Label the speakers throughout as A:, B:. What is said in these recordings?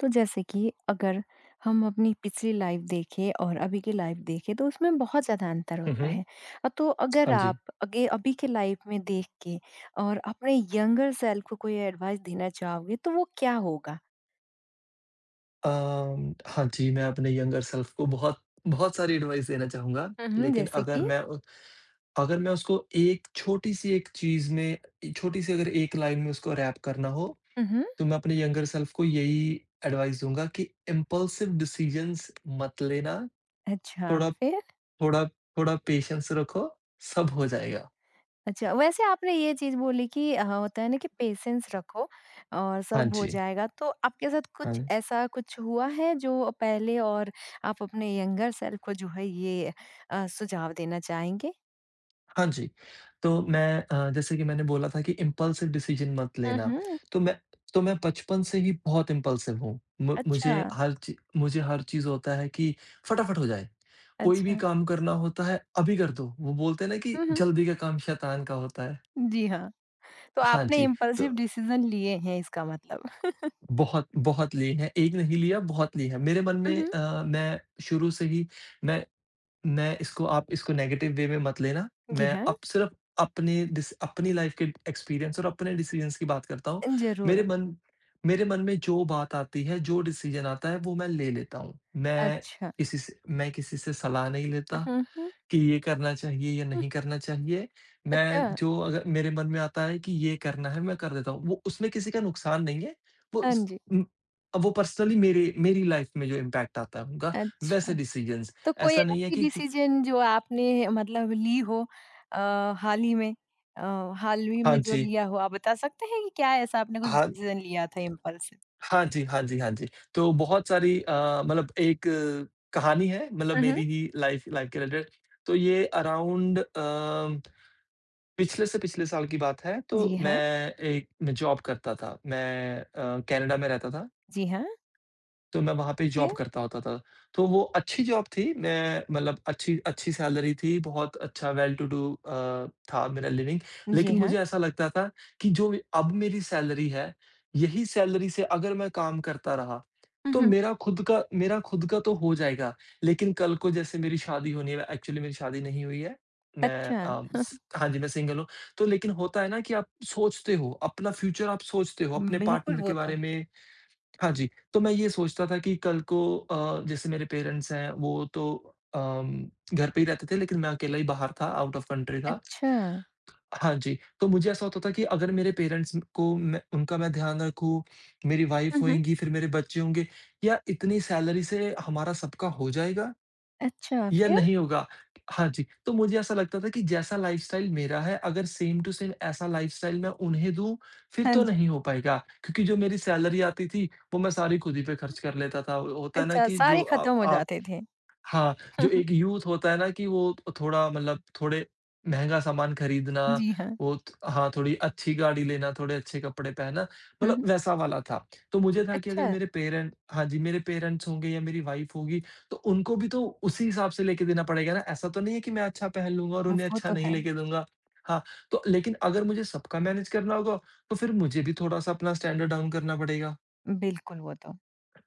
A: तो जैसे कि अगर हम अपनी पिछली लाइफ देखें और अभी की लाइफ देखें तो उसमें बहुत ज़्यादा अंतर
B: हुँ,
A: होता
B: हुँ।
A: है। तो अगर
B: हाँ जी।
A: आप आगे अभी के लाइफ में देख के और अपने यंगर सेल्फ को कोई एडवाइस देना चाहोगे तो वो क्या होगा?
B: हाँ जी, मैं अपने यंगर सेल्फ को बहुत बहुत सारी एडवाइस देना चाहूँगा,
A: हुँ, हुँ,
B: लेकिन
A: जैसे कि
B: अगर मैं उसको एक छोटी-सी एक चीज़ में छोटी-सी अगर एक लाइन में उसको रैप करना हो,
A: हुँ, हुँ,
B: तो मैं अपने यंगर सेल्फ को यही एडवाइस दूँगा कि इम्पल्सिव डिसीज़न्स मत लेना,
A: अच्छा,
B: थोड़ा
A: फिर?
B: थोड़ा थोड़ा पेशेंस रखो, सब हो जाएगा।
A: अच्छा, वैसे आपने ये चीज़ बोली कि होता है ना कि पेशेंस रखो और
B: हाँ
A: सब हो
B: जी,
A: जाएगा। तो आपके साथ कुछ
B: हाँ।
A: ऐसा कुछ हुआ है जो पहले और आप अपने यंगर सेल्फ को जो है ये सुझाव देना चाहेंगे?
B: हाँ जी, तो मैं जैसे कि मैंने बोला था कि इम्पल्सिव डिसीज़न मत
A: हुँ,
B: लेना,
A: हुँ।
B: तो मैं तो मैं बचपन से ही बहुत इम्पल्सिव हूँ। मु
A: अच्छा,
B: मुझे हर ची मुझे हर चीज़ होता है कि फटाफट हो जाए, कोई भी
A: अच्छा।
B: काम करना होता है, अभी कर दो। वो बोलते हैं ना कि
A: हुँ, हुँ।
B: जल्दी का काम शैतान का होता है।
A: जी हाँ। तो
B: हाँ
A: आपने
B: जी, तो
A: इम्पल्सिव डिसीज़न लिए हैं इसका मतलब।
B: बहुत बहुत लिए हैं, एक नहीं लिया बहुत लिए हैं। मेरे मन
A: हुँ,
B: में
A: हुँ।
B: मैं शुरू से ही मैं मैं इसको आप इसको नेगेटिव वे में मत लेना।
A: जी
B: मैं
A: हाँ,
B: अब सिर्फ़ अपने डिस अपनी लाइफ़ के एक्सपीरियंस और अपने डिसीज़न्स की बात करता हूँ।
A: ज़रूर।
B: मेरे मन मेरे मन में जो बात आती है, जो डिसीज़न आता है वो मैं ले लेता हूँ। मैं
A: अच्छा।
B: किसी से मैं किसी से सलाह नहीं लेता
A: हुँ, हुँ,
B: कि ये करना चाहिए या
A: हुँ।
B: नहीं करना चाहिए।
A: अच्छा।
B: मैं जो अगर मेरे मन में आता है कि ये करना है मैं कर देता हूँ। वो उसमें किसी का नुकसान नहीं है। वो
A: हाँ
B: उस
A: जी।
B: उम, वो पर्सनली मेरे मेरी लाइफ़ में जो इम्पैक्ट आता है उनका वैसे
A: अच्छा।
B: डिसीज़न्स।
A: तो कोई
B: ऐसा नहीं है
A: ऐसी
B: कि
A: डिसीजन जो आपने मतलब ली हो अ, हाल ही में अ, हाल ही
B: हाँ
A: में जो
B: जी।
A: लिया हो, आप बता सकते हैं कि क्या ऐसा आपने कुछ
B: हाँ,
A: डिसीजन लिया था इम्पल्सिव?
B: हाँ जी, हाँ जी, हाँ जी। तो मतलब एक कहानी है मतलब
A: हुँ, हुँ।
B: मेरी ही लाइफ़ लाइफ़ के रिलेटेड। तो ये अराउंड पिछले से पिछले साल की बात है। तो
A: जी हाँ,
B: मैं जॉब करता था। मैं कनाडा में रहता था।
A: जी हाँ,
B: तो मैं वहाँ पे जॉब
A: फिर?
B: करता होता था। तो वो अच्छी जॉब थी, मैं मतलब अच्छी अच्छी सैलरी थी, बहुत अच्छा वेल टू डू था मेरा लिविंग।
A: जी
B: लेकिन
A: हाँ।
B: मुझे ऐसा लगता था कि जो अब मेरी सैलरी है, यही सैलरी से अगर मैं काम करता रहा,
A: हुँ,
B: तो
A: हुँ।
B: मेरा खुद का तो हो जाएगा। लेकिन कल को जैसे मेरी शादी होनी है एक्चुअली मेरी शादी नहीं हुई है। मैं
A: अच्छा।
B: अ,
A: हाँ,
B: स हाँ जी, मैं सिंगल हूँ। तो लेकिन होता है ना कि आप सोचते हो, अपना फ्यूचर आप सोचते हो, अपने
A: बिल्कुल,
B: पार्टनर
A: वो
B: के
A: तो
B: बारे में। हाँ जी, तो मैं ये सोचता था कि कल को जैसे मेरे पेरेंट्स हैं वो तो घर पे ही रहते थे लेकिन मैं अकेला ही बाहर था, आउट ऑफ कंट्री था।
A: अच्छा।
B: हाँ जी, तो मुझे ऐसा होता था कि अगर मेरे पेरेंट्स को मैं ध्यान रखूँ, मेरी वाइफ़
A: हुँ, हुँ।
B: होएँगी, फिर मेरे बच्चे होंगे, या इतनी सैलरी से हमारा सबका हो जाएगा?
A: अच्छा,
B: या
A: फिर?
B: नहीं होगा। हाँ जी, तो मुझे ऐसा लगता था कि जैसा लाइफ़स्टाइल मेरा है अगर सेम टू सेम ऐसा लाइफ़स्टाइल मैं उन्हें दूँ, फिर
A: हाँ
B: तो
A: जी।
B: नहीं हो पाएगा क्योंकि जो मेरी सैलरी आती थी, वो मैं सारी खुद ही पे खर्च कर लेता था। होता है ना
A: अच्छा,
B: कि जो
A: सारे खत्म हो जाते थे।
B: हाँ, जो
A: हम्म,
B: एक यूथ होता है ना कि वो थोड़ा मतलब थोड़े महँगा सामान खरीदना,
A: जी हाँ।
B: वो थ हाँ, थोड़ी अच्छी गाड़ी लेना, थोड़े अच्छे कपड़े पहनना,
A: हुँ,
B: मतलब
A: हुँ।
B: वैसा वाला था। तो मुझे था कि अगर
A: अच्छा,
B: मेरे पेरेंट हाँ जी, मेरे पेरेंट्स होंगे या मेरी वाइफ़ होगी, तो उनको भी तो उसी हिसाब से लेके देना पड़ेगा ना। ऐसा तो नहीं है कि मैं अच्छा पहन लूँगा और उन्हें
A: वो
B: अच्छा
A: तो
B: नहीं
A: है।
B: लेके दूँगा। हाँ, तो लेकिन अगर मुझे सबका मैनेज करना होगा, तो फिर मुझे भी थोड़ा-सा अपना स्टैंडर्ड डाउन करना पड़ेगा।
A: बिल्कुल, वो तो।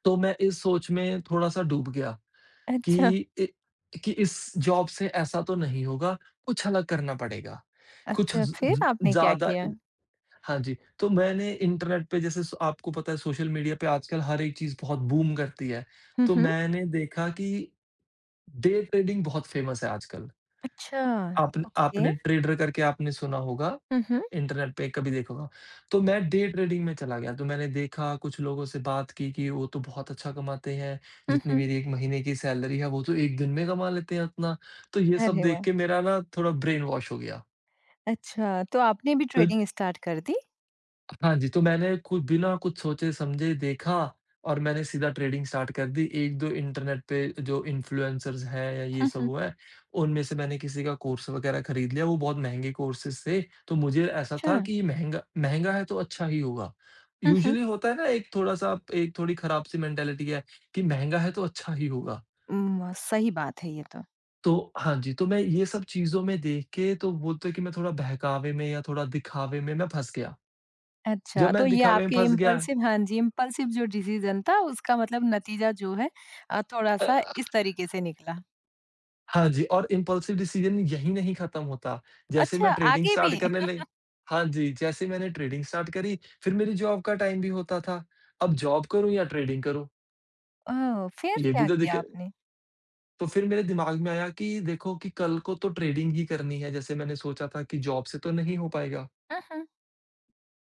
B: तो मैं इस सोच में थोड़ा-सा डूब गया।
A: अच्छा,
B: कि इ कि इस जॉब से ऐसा तो नहीं होगा, कुछ अलग करना पड़ेगा। कुछ
A: अच्छा,
B: ज़
A: फिर
B: ज़
A: आपने क्या
B: ज़्यादा
A: किया?
B: अ, हाँ जी, तो मैंने इंटरनेट पे जैसे सो आपको पता है सोशल मीडिया पे आजकल हर एक चीज़ बहुत बूम करती है।
A: हुँ,
B: तो
A: हुँ।
B: मैंने देखा कि डे ट्रेडिंग बहुत फ़ेमस है आजकल।
A: अच्छा, ओके।
B: आपने ट्रेडर करके आपने सुना होगा।
A: हुँ, हुँ।
B: इंटरनेट पे कभी देखा होगा। तो मैं डे ट्रेडिंग में चला गया, तो मैंने देखा कुछ लोगों से बात की कि वो तो बहुत अच्छा कमाते हैं,
A: हुँ,
B: जितनी
A: हुँ।
B: मेरी 1 महीने की सैलरी है वो तो 1 दिन में कमा लेते हैं उतना। तो ये सब
A: अरे
B: देख
A: वाह!
B: के मेरा ना थोड़ा ब्रेन वॉश हो गया।
A: अच्छा, तो आपने भी
B: तो
A: ट्रेडिंग स्टार्ट कर दी?
B: हाँ जी, तो मैंने कुछ बिना कुछ सोचे-समझे देखा और मैंने सीधा ट्रेडिंग स्टार्ट कर दी। 1-2 इंटरनेट पे जो इन्फ्लुएंसर्स हैं या ये
A: हुँ,
B: सब
A: हुँ।
B: वो है, उनमें से मैंने किसी का कोर्स वगैरह खरीद लिया। वो बहुत महँगे कोर्सेज़ थे, तो मुझे ऐसा
A: अच्छा।
B: था कि महँगा महँगा है तो अच्छा ही होगा।
A: हुँ, हुँ।
B: यूजुअली होता है ना एक थोड़ी खराब-सी मेंटालिटी है कि महँगा है तो अच्छा ही होगा।
A: सही बात है ये तो।
B: तो हाँ जी, तो मैं ये सब चीज़ों में देख के तो बोलते हैं कि मैं थोड़ा बहकावे में या थोड़ा दिखावे में मैं फँस गया।
A: अच्छा,
B: जब
A: तो
B: मैं
A: ये
B: दिखावे में
A: आपके
B: फँस गया
A: इम्पल्सिव हाँ जी, इम्पल्सिव जो डिसीज़न था उसका मतलब नतीजा जो है
B: अ
A: थोड़ा-सा इस तरीके से निकला।
B: हाँ जी, और इम्पल्सिव डिसीज़न यहीं नहीं खत्म होता। जैसे
A: अच्छा,
B: मैं ट्रेडिंग
A: आगे भी?
B: स्टार्ट करने लग हाँ जी, जैसे मैंने ट्रेडिंग स्टार्ट करी, फिर मेरी जॉब का टाइम भी होता था। अब जॉब करूँ या ट्रेडिंग करूँ,
A: ओह! फिर
B: ये भी
A: क्या
B: तो दिक्क
A: किया आपने?
B: तो फिर मेरे दिमाग में आया कि देखो कि कल को तो ट्रेडिंग ही करनी है, जैसे मैंने सोचा था कि जॉब से तो नहीं हो पाएगा।
A: हुँ, हुँ।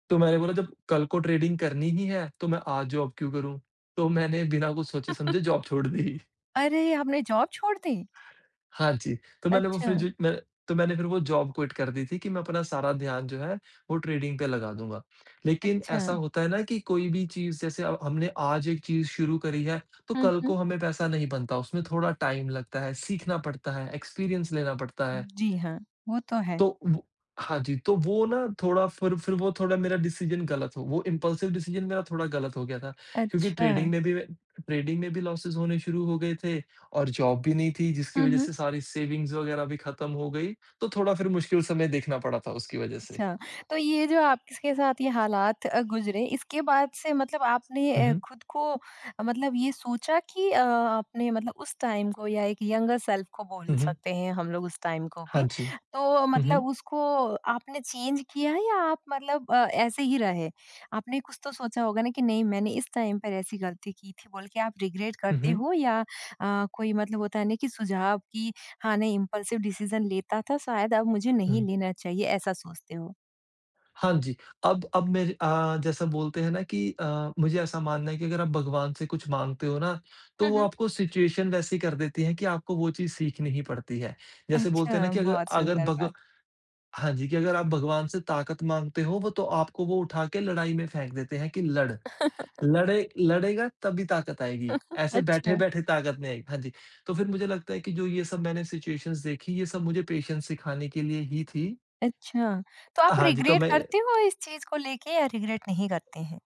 B: तो मैंने बोला जब कल को ट्रेडिंग करनी ही है, तो मैं आज जॉब क्यों करूँ? तो मैंने बिना कुछ सोचे-समझे जॉब छोड़ दी।
A: अरे! आपने जॉब छोड़ दी?
B: हाँ जी, तो मैंने वो
A: अच्छा,
B: फिर जी मैं तो मैंने फिर वो जॉब क्विट कर दी थी कि मैं अपना सारा ध्यान जो है वो ट्रेडिंग पे लगा दूँगा। लेकिन
A: अच्छा।
B: ऐसा होता है ना कि कोई भी चीज़ जैसे अब हमने आज एक चीज़ शुरू करी है, तो
A: हुँ,
B: कल
A: हुँ।
B: को हमें पैसा नहीं बनता, उसमें थोड़ा टाइम लगता है, सीखना पड़ता है, एक्सपीरियंस लेना पड़ता है।
A: जी हाँ, वो तो है।
B: तो वो हाँ जी, तो वो ना थोड़ा फिर वो थोड़ा मेरा डिसीज़न गलत हो वो इम्पल्सिव डिसीज़न मेरा थोड़ा गलत हो गया था क्योंकि
A: अच्छा।
B: ट्रेडिंग में भी लॉसेस होने शुरू हो गए थे और जॉब भी नहीं थी जिसकी
A: हुँ,
B: वज़ह
A: हुँ।
B: से सारी सेविंग्स वग़ैरह भी ख़त्म हो गई, तो थोड़ा फिर मुश्किल समय देखना पड़ा था उसकी वज़ह से।
A: अच्छा, तो ये जो आपके साथ ये हालात गुज़रे इसके बाद से मतलब आपने
B: हुँ, हुँ।
A: खुद को मतलब ये सोचा कि आपने मतलब उस टाइम को या एक यंगर सेल्फ को बोल
B: हुँ, हुँ।
A: सकते हैं हम लोग उस टाइम को
B: हाँ
A: भी,
B: जी।
A: तो
B: हुँ,
A: मतलब
B: हुँ।
A: उसको आपने चेंज किया है या आप मतलब ऐसे ही रहे? आपने कुछ तो सोचा होगा ना कि नहीं मैंने इस टाइम पर ऐसी गलती की थी बोल के आप रिग्रेट करते
B: हुँ,
A: हो या कोई मतलब होता है ना कि सुझाव की हाँ, नहीं इम्पल्सिव डिसीज़न लेता था, शायद अब मुझे नहीं
B: हुँ।
A: लेना चाहिए ऐसा सोचते हो।
B: हाँ जी, अब जैसा बोलते हैं ना कि मुझे ऐसा मानना है कि अगर आप भगवान से कुछ माँगते हो ना, तो
A: हुँ,
B: वो
A: हुँ।
B: आपको सिचुएशन वैसी कर देती है कि आपको वो चीज़ सीखनी ही पड़ती है। जैसे
A: अच्छा,
B: बोलते हैं ना कि अगर
A: बहुत
B: अगर
A: सुंदर
B: भग
A: बात।
B: हाँ जी, कि अगर आप भगवान से ताकत माँगते हो, वो तो आपको वो उठा के लड़ाई में फेंक देते हैं कि लड़। लड़ेगा तभी ताकत आएगी, ऐसे
A: अच्छा,
B: बैठे-बैठे ताकत नहीं आएगी। हाँ जी, तो फिर मुझे लगता है कि जो ये सब मैंने सिचुएशंस देखी, ये सब मुझे पेशेंस सिखाने के लिए ही थी।
A: अच्छा। तो आप
B: हाँ जी, तो
A: रिग्रेट
B: मैं
A: करते हो इस चीज़ को लेके या रिग्रेट नहीं करते हैं?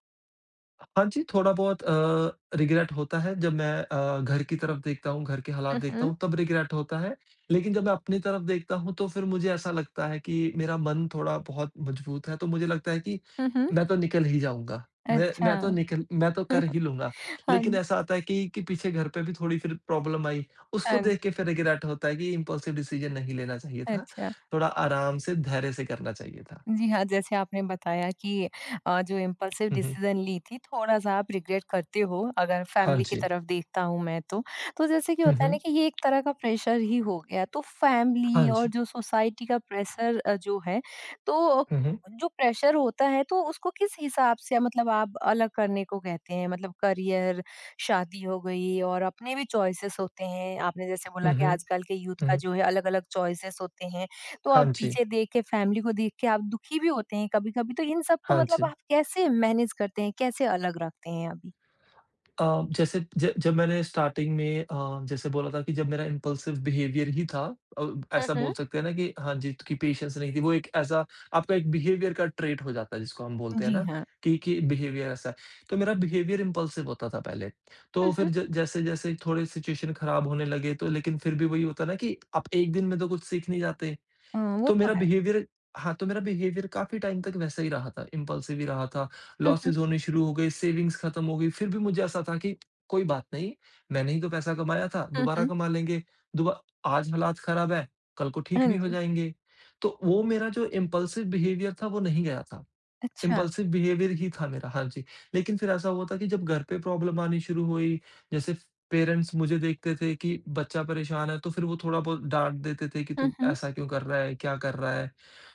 B: हाँ जी, थोड़ा बहुत रिग्रेट होता है जब मैं घर की तरफ देखता हूँ, घर के हालात
A: हुँ,
B: देखता
A: हुँ।
B: हूँ तब रिग्रेट होता है। लेकिन जब मैं अपनी तरफ देखता हूँ तो फिर मुझे ऐसा लगता है कि मेरा मन थोड़ा बहुत मजबूत है तो मुझे लगता है कि
A: हुँ, हुँ।
B: मैं तो निकल ही जाऊँगा।
A: अच्छा।
B: मैं तो कर ही लूँगा।
A: हाँ
B: लेकिन
A: जी,
B: ऐसा आता है कि पीछे घर पे भी थोड़ी फिर प्रॉब्लम आई। उसको
A: हाँ
B: देख
A: जी।
B: के फिर रिग्रेट होता है कि इम्पल्सिव डिसीज़न नहीं लेना चाहिए था।
A: अच्छा।
B: थोड़ा आराम से धैर्य से करना चाहिए था।
A: जी हाँ, जैसे आपने बताया कि जो इम्पल्सिव
B: हुँ, हुँ।
A: डिसीज़न ली थी, थोड़ा-सा आप रिग्रेट करते हो, अगर
B: हाँ
A: फैमिली की
B: जी।
A: तरफ देखता हूँ मैं तो। तो जैसे कि
B: हुँ,
A: होता है ना
B: हुँ।
A: कि ये एक तरह का प्रेशर ही हो गया, तो फैमिली
B: हाँ
A: और
B: जी।
A: जो सोसाइटी का प्रेशर जो है, तो
B: हुँ, हुँ।
A: जो प्रेशर होता है, तो उसको किस हिसाब से मतलब आप अलग करने को कहते हैं? मतलब करियर, शादी हो गई और अपने भी चॉइसेस होते हैं। आपने जैसे बोला
B: हुँ,
A: कि
B: हुँ।
A: आजकल के यूथ
B: हुँ,
A: का
B: हुँ।
A: जो है अलग-अलग चॉइसेस होते हैं, तो
B: हाँ
A: आप
B: जी,
A: पीछे देख के, फैमिली को देख के आप दुखी भी होते हैं कभी-कभी, तो इन सबको
B: हाँ
A: मतलब
B: जी।
A: आप कैसे मैनेज करते हैं? कैसे अलग रखते हैं अभी?
B: अ, जैसे ज जब मैंने स्टार्टिंग में जैसे बोला था कि जब मेरा इम्पल्सिव बिहेवियर ही था अ,
A: हुँ,
B: ऐसा
A: हुँ।
B: बोल सकते हैं ना कि हाँ जी, कि पेशेंस नहीं थी। वो एक ऐसा आपका एक बिहेवियर का ट्रेट हो जाता है जिसको हम बोलते हैं
A: जी
B: ना
A: हाँ।
B: कि बिहेवियर ऐसा है। तो मेरा बिहेवियर इम्पल्सिव होता था पहले।
A: हुँ,
B: तो
A: हुँ।
B: फिर ज जैसे-जैसे थोड़े सिचुएशन खराब होने लगे तो लेकिन फिर भी वही होता है ना कि आप एक दिन में तो कुछ सीख नहीं जाते।
A: वो
B: तो
A: तो
B: मेरा
A: है।
B: बिहेवियर हाँ, तो मेरा बिहेवियर काफ़ी टाइम तक वैसा ही रहा था, इम्पल्सिव ही रहा था,
A: हुँ, हुँ।
B: लॉसेस होने शुरू हो गए, सेविंग्स खत्म हो गई, फिर भी मुझे ऐसा था कि कोई बात नहीं, मैंने ही तो पैसा कमाया था,
A: हुँ,
B: दोबारा
A: हुँ।
B: कमा लेंगे, दुबा आज हालात खराब है, कल को
A: हाँ
B: ठीक भी हो
A: जी।
B: जाएँगे। तो वो मेरा जो इम्पल्सिव बिहेवियर था, वो नहीं गया था।
A: अच्छा।
B: इम्पल्सिव बिहेवियर ही था मेरा, हाँ जी। लेकिन फिर ऐसा हुआ था कि जब घर पे प्रॉब्लम आनी शुरू हुई, जैसे पेरेंट्स मुझे देखते थे कि बच्चा परेशान है, तो फिर वो थोड़ा बहुत डाँट देते थे कि
A: हुँ,
B: तू
A: हुँ।
B: ऐसा क्यों कर रहा है, क्या कर रहा है?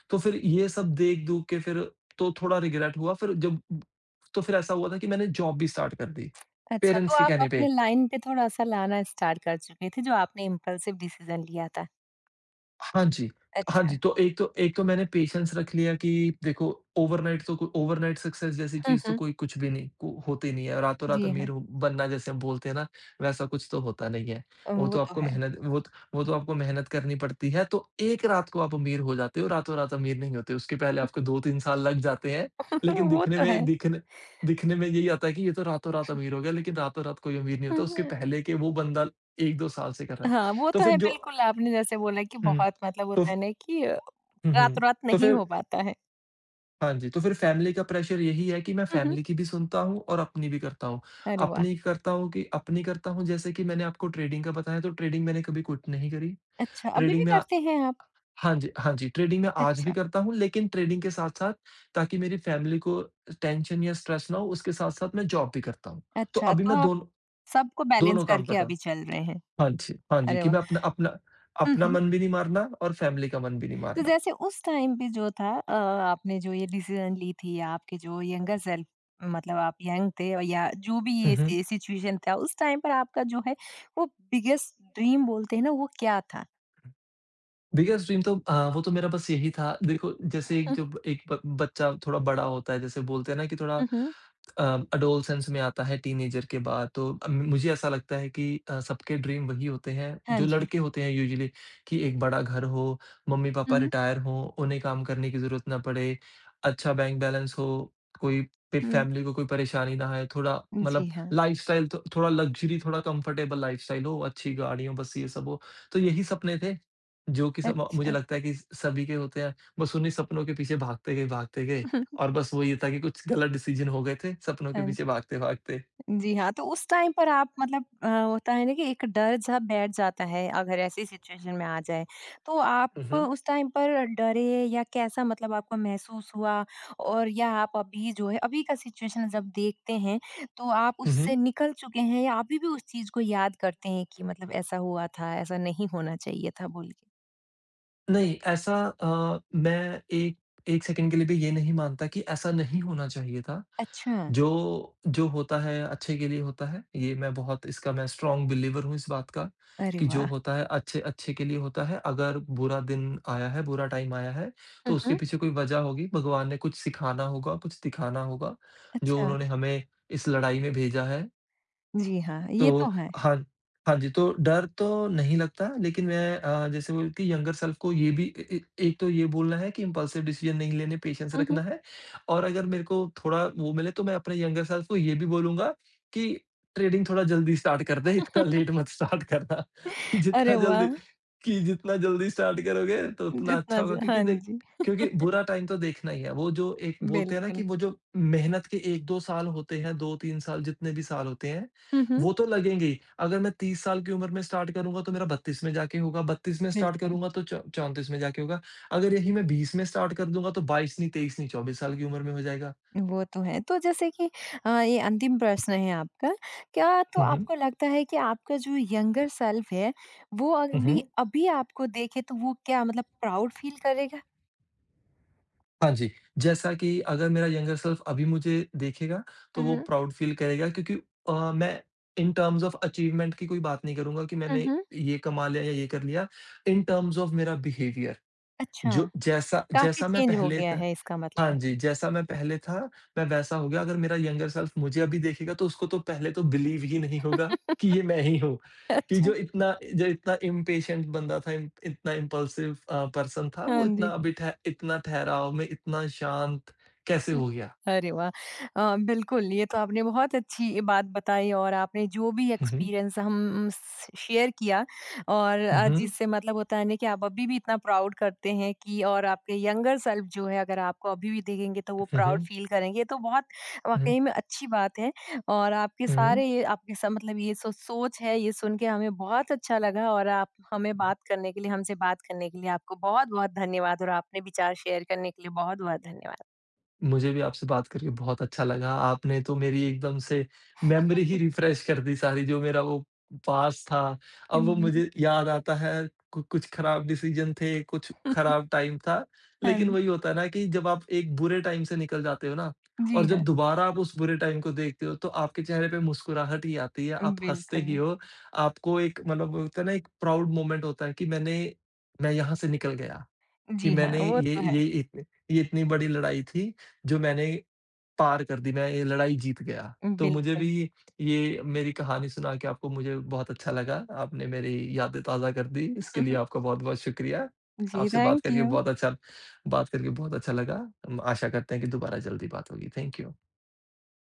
B: तो फिर ये सब देख-दूख के फिर तो थोड़ा रिग्रेट हुआ, फिर जब तो फिर ऐसा हुआ था कि मैंने जॉब भी स्टार्ट कर दी,
A: अच्छा, तो
B: पेरेंट्स के
A: आप
B: कहने
A: अपने
B: पे।
A: लाइन पे थोड़ा-सा लाना स्टार्ट कर चुके थे, जो आपने इम्पल्सिव डिसीज़न लिया था।
B: हाँ जी। हाँ
A: अच्छा।
B: जी, तो एक तो एक तो मैंने पेशेंस रख लिया कि देखो ओवरनाइट सक्सेस जैसी
A: हुँ,
B: चीज़ तो
A: हुँ।
B: कोई कुछ भी नहीं को होती नहीं है। रातों रात
A: जी
B: अमीर
A: हाँ।
B: हो बनना जैसे हम बोलते हैं ना, वैसा कुछ तो होता नहीं है।
A: वो तो है।
B: वो तो आपको मेहनत करनी पड़ती है, तो एक रात को आप अमीर हो जाते हो, रातों रात अमीर नहीं होते। उसके पहले आपको 2-3 साल लग जाते हैं, लेकिन
A: वो तो है।
B: दिखने में यही आता है कि ये तो रातों रात अमीर हो गया, लेकिन रातों रात कोई अमीर नहीं होता। उसके
A: हुँ।
B: पहले के वो बंदा 1-2 साल से कर रहा है।
A: हाँ, वो
B: तो
A: तो
B: फिर
A: है
B: जो
A: बिल्कुल आपने जैसे बोला कि
B: हुँ,
A: बहुत मतलब
B: तो
A: होता है ना कि
B: हुँ, हुँ।
A: रातों-रात
B: तो
A: नहीं
B: फिर
A: हो पाता
B: हाँ जी, तो फिर फैमिली का प्रेशर यही है कि मैं
A: है।
B: फैमिली की भी सुनता हूँ और अपनी भी करता हूँ।
A: अरे वाह!
B: अपनी करता हूँ जैसे कि मैंने आपको ट्रेडिंग का बताया तो ट्रेडिंग मैंने कभी क्विट नहीं करी।
A: अच्छा, अभी भी
B: ट्रेडिंग में आ
A: करते हैं आप?
B: हाँ जी, हाँ जी, ट्रेडिंग में आज भी
A: अच्छा,
B: करता हूँ लेकिन ट्रेडिंग के साथ-साथ ताकि मेरी फैमिली को टेंशन या स्ट्रेस ना हो उसके साथ-साथ मैं जॉब भी करता हूँ। तो
A: अच्छा
B: अभी
A: तो
B: मैं
A: आप
B: दोनों
A: सबको बैलेंस
B: दोनों काम
A: करके
B: करता हूँ।
A: अभी चल रहे हैं।
B: हाँ जी, हाँ जी,
A: अरे
B: कि
A: वाह!
B: मैं अपना अपना
A: हुँ,
B: अपना
A: हुँ।
B: मन भी नहीं मारना और फैमिली का मन भी नहीं
A: तो
B: मारना।
A: जैसे उस टाइम पे जो था आपने जो ये डिसीज़न ली थी, आपके जो यंगर सेल्फ मतलब आप यंग थे और या जो भी
B: हुँ,
A: ये
B: हुँ।
A: सि सिचुएशन था, उस टाइम पर आपका जो है वो बिगेस्ट ड्रीम बोलते हैं ना, वो क्या था?
B: बिगेस्ट ड्रीम तो वो तो मेरा बस यही था देखो जैसे एक
A: हुँ,
B: जो एक ब बच्चा थोड़ा बड़ा होता है जैसे बोलते हैं ना कि थोड़ा
A: हुँ, हुँ।
B: एडोलसेंस में आता है टीनेजर के बाद तो मुझे ऐसा लगता है कि सबके ड्रीम वही होते हैं
A: हाँ
B: जो
A: जी।
B: लड़के होते हैं यूजुअली कि एक बड़ा घर हो,
A: हुँ,
B: मम्मी-पापा
A: हुँ।
B: रिटायर हों, उन्हें काम करने की ज़रूरत ना पड़े, अच्छा बैंक बैलेंस हो, कोई पे
A: हुँ,
B: फैमिली को कोई परेशानी ना आए, थोड़ा मतलब
A: जी हाँ।
B: लाइफ़स्टाइल थो थोड़ा लग्ज़री, थोड़ा कंफर्टेबल लाइफ़स्टाइल हो, अच्छी गाड़ियों, बस ये सब हो। तो यही सपने थे। जो कि सब मुझे
A: अच्छा।
B: लगता है कि सभी के होते हैं। बस उन्हीं सपनों के पीछे भागते गए और बस वो ये था कि कुछ गलत डिसीज़न हो गए थे, सपनों के
A: हाँ
B: पीछे भागते-भागते।
A: जी हाँ, तो उस टाइम पर आप मतलब होता है ना कि एक डर-सा बैठ जाता है अगर ऐसी सिचुएशन में आ जाए। तो आप
B: हुँ, हुँ।
A: उस टाइम पर डरे या कैसा मतलब आपको महसूस हुआ? और या आप अभी जो है अभी का सिचुएशन जब देखते हैं तो आप
B: हुँ,
A: उससे
B: हुँ।
A: निकल चुके हैं या अभी भी उस चीज़ को याद करते हैं कि मतलब ऐसा हुआ था, ऐसा नहीं होना चाहिए था बोल के?
B: नहीं, ऐसा अ, मैं एक 1 सेकंड के लिए भी ये नहीं मानता कि ऐसा नहीं होना चाहिए था।
A: अच्छा,
B: जो जो होता है अच्छे के लिए होता है। ये मैं बहुत इसका मैं स्ट्रॉन्ग बिलीवर हूँ इस बात का
A: अरे
B: कि जो
A: वाह!
B: होता है अच्छे अच्छे के लिए होता है। अगर बुरा दिन आया है, बुरा टाइम आया है,
A: हुँ,
B: तो उसके
A: हुँ।
B: पीछे कोई वजह होगी। भगवान ने कुछ सिखाना होगा, कुछ दिखाना होगा, जो
A: अच्छा,
B: उन्होंने हमें इस लड़ाई में भेजा है।
A: जी हाँ, ये
B: तो
A: तो है।
B: हाँ, हाँ जी, तो डर तो नहीं लगता, लेकिन जैसे बोलूँ कि यंगर सेल्फ को ये भी ए ए एक तो ये बोलना है कि इम्पल्सिव डिसीज़न नहीं लेने, पेशेंस
A: हुँ, हुँ।
B: रखना है और अगर मेरे को थोड़ा वो मिले, तो मैं अपने यंगर सेल्फ को ये भी बोलूँगा कि ट्रेडिंग थोड़ा जल्दी स्टार्ट कर दे, इतना लेट मत स्टार्ट करना कि
A: अरे वाह!
B: जितना जल्दी स्टार्ट करोगे, तो उतना
A: इतना
B: अच्छा होगा।
A: ज हाँ जी,
B: क्योंकि बुरा टाइम तो देखना ही है, वो जो एक बोलते हैं ना
A: बिल्कुल।
B: कि वो जो मेहनत के 1-2 साल होते हैं, 2-3 साल, जितने भी साल होते हैं
A: हुँ, हुँ।
B: वो तो लगेंगे ही। अगर मैं 30 साल की उम्र में स्टार्ट करूँगा तो मेरा 32 में जाके होगा, 32 में स्टार्ट
A: बिल्कुल,
B: करूँगा तो चौ 34 में जाके होगा। अगर यही मैं 20 में स्टार्ट कर दूँगा तो 22 नहीं, 23 नहीं, 24 साल की उम्र में हो जाएगा।
A: वो तो है। तो जैसे कि ये अंतिम प्रश्न है आपका, क्या तो
B: हुँ, हुँ।
A: आपको लगता है कि आपका जो यंगर सेल्फ है, वो
B: हुँ,
A: अभी
B: हुँ।
A: अभी आपको देखे तो वो क्या मतलब प्राउड फील करेगा?
B: हाँ जी, जैसा कि अगर मेरा यंगर सेल्फ अभी मुझे देखेगा
A: हुँ,
B: तो वो
A: हुँ।
B: प्राउड फील करेगा क्योंकि मैं इन टर्म्स ऑफ अचीवमेंट की कोई बात नहीं करूँगा कि
A: हुँ,
B: मैंने
A: हुँ।
B: ये कमा लिया या ये कर लिया। इन टर्म्स ऑफ मेरा बिहेवियर
A: अच्छा,
B: जो जैसा
A: काफ़ी
B: जैसा मैं
A: चेंज हो
B: पहले
A: गया
B: था।
A: है इसका
B: हाँ
A: मतलब।
B: जी, जैसा मैं पहले था, मैं वैसा हो गया। अगर मेरा यंगर सेल्फ मुझे अभी देखेगा तो उसको तो पहले तो बिलीव ही नहीं होगा कि ये मैं ही हूँ। कि
A: अच्छा,
B: जो इतना इम्पेशेंट बंदा था, इन इतना इम्पल्सिव पर्सन था,
A: हाँ
B: वो इतना
A: जी।
B: अभी ठह इतना ठहराव में इतना शांत कैसे हो गया?
A: अरे वाह! बिल्कुल, ये तो आपने बहुत अच्छी बात बताई और आपने जो भी
B: हुँ, हुँ।
A: एक्सपीरियंस हम स शेयर किया और
B: हुँ, हुँ।
A: जिससे मतलब होता है ना कि आप अभी भी इतना प्राउड करते हैं कि और आपके यंगर सेल्फ जो है अगर आपको अभी भी देखेंगे तो वो
B: हुँ,
A: प्राउड
B: हुँ।
A: फील करेंगे। ये तो बहुत
B: हुँ,
A: वाक़ई में अच्छी बात है और आपके
B: हुँ।
A: सारे ये आपके स मतलब ये सोच है, ये सुन के हमें बहुत अच्छा लगा और आप हमें बात करने के लिए हमसे बात करने के लिए आपको बहुत-बहुत धन्यवाद और आपने विचार शेयर करने के लिए बहुत-बहुत धन्यवाद।
B: मुझे भी आपसे बात करके बहुत अच्छा लगा। आपने तो मेरी एकदम से मेमोरी ही रिफ्रेश कर दी सारी जो मेरा वो पास्ट था। अब वो
A: जी।
B: मुझे याद आता है कु कुछ खराब डिसीज़न थे, कुछ खराब टाइम था।
A: हाँ,
B: लेकिन वही होता है ना कि जब आप एक बुरे टाइम से निकल जाते हो ना
A: जी
B: और जब
A: हाँ,
B: दोबारा आप उस बुरे टाइम को देखते हो तो आपके चेहरे पे मुस्कुराहट ही आती है, आप हँसते ही
A: बिल्कुल।
B: हो। आपको एक मतलब होता है ना एक प्राउड मोमेंट होता है कि मैं यहाँ से निकल गया। कि
A: जी हाँ,
B: मैंने
A: वो तो है।
B: ये इतनी बड़ी लड़ाई थी, जो मैंने पार कर दी, मैं ये लड़ाई जीत गया। तो मुझे भी
A: बिल्कुल।
B: ये मेरी कहानी सुना के आपको मुझे बहुत अच्छा लगा। आपने मेरी यादें ताज़ा कर दी, इसके लिए आपका बहुत-बहुत शुक्रिया।
A: जी,
B: आपसे बात
A: थैंक
B: करके
A: यू।
B: बहुत अच्छा बात करके बहुत अच्छा लगा। हम आशा करते हैं कि दोबारा जल्दी बात होगी। Thank you.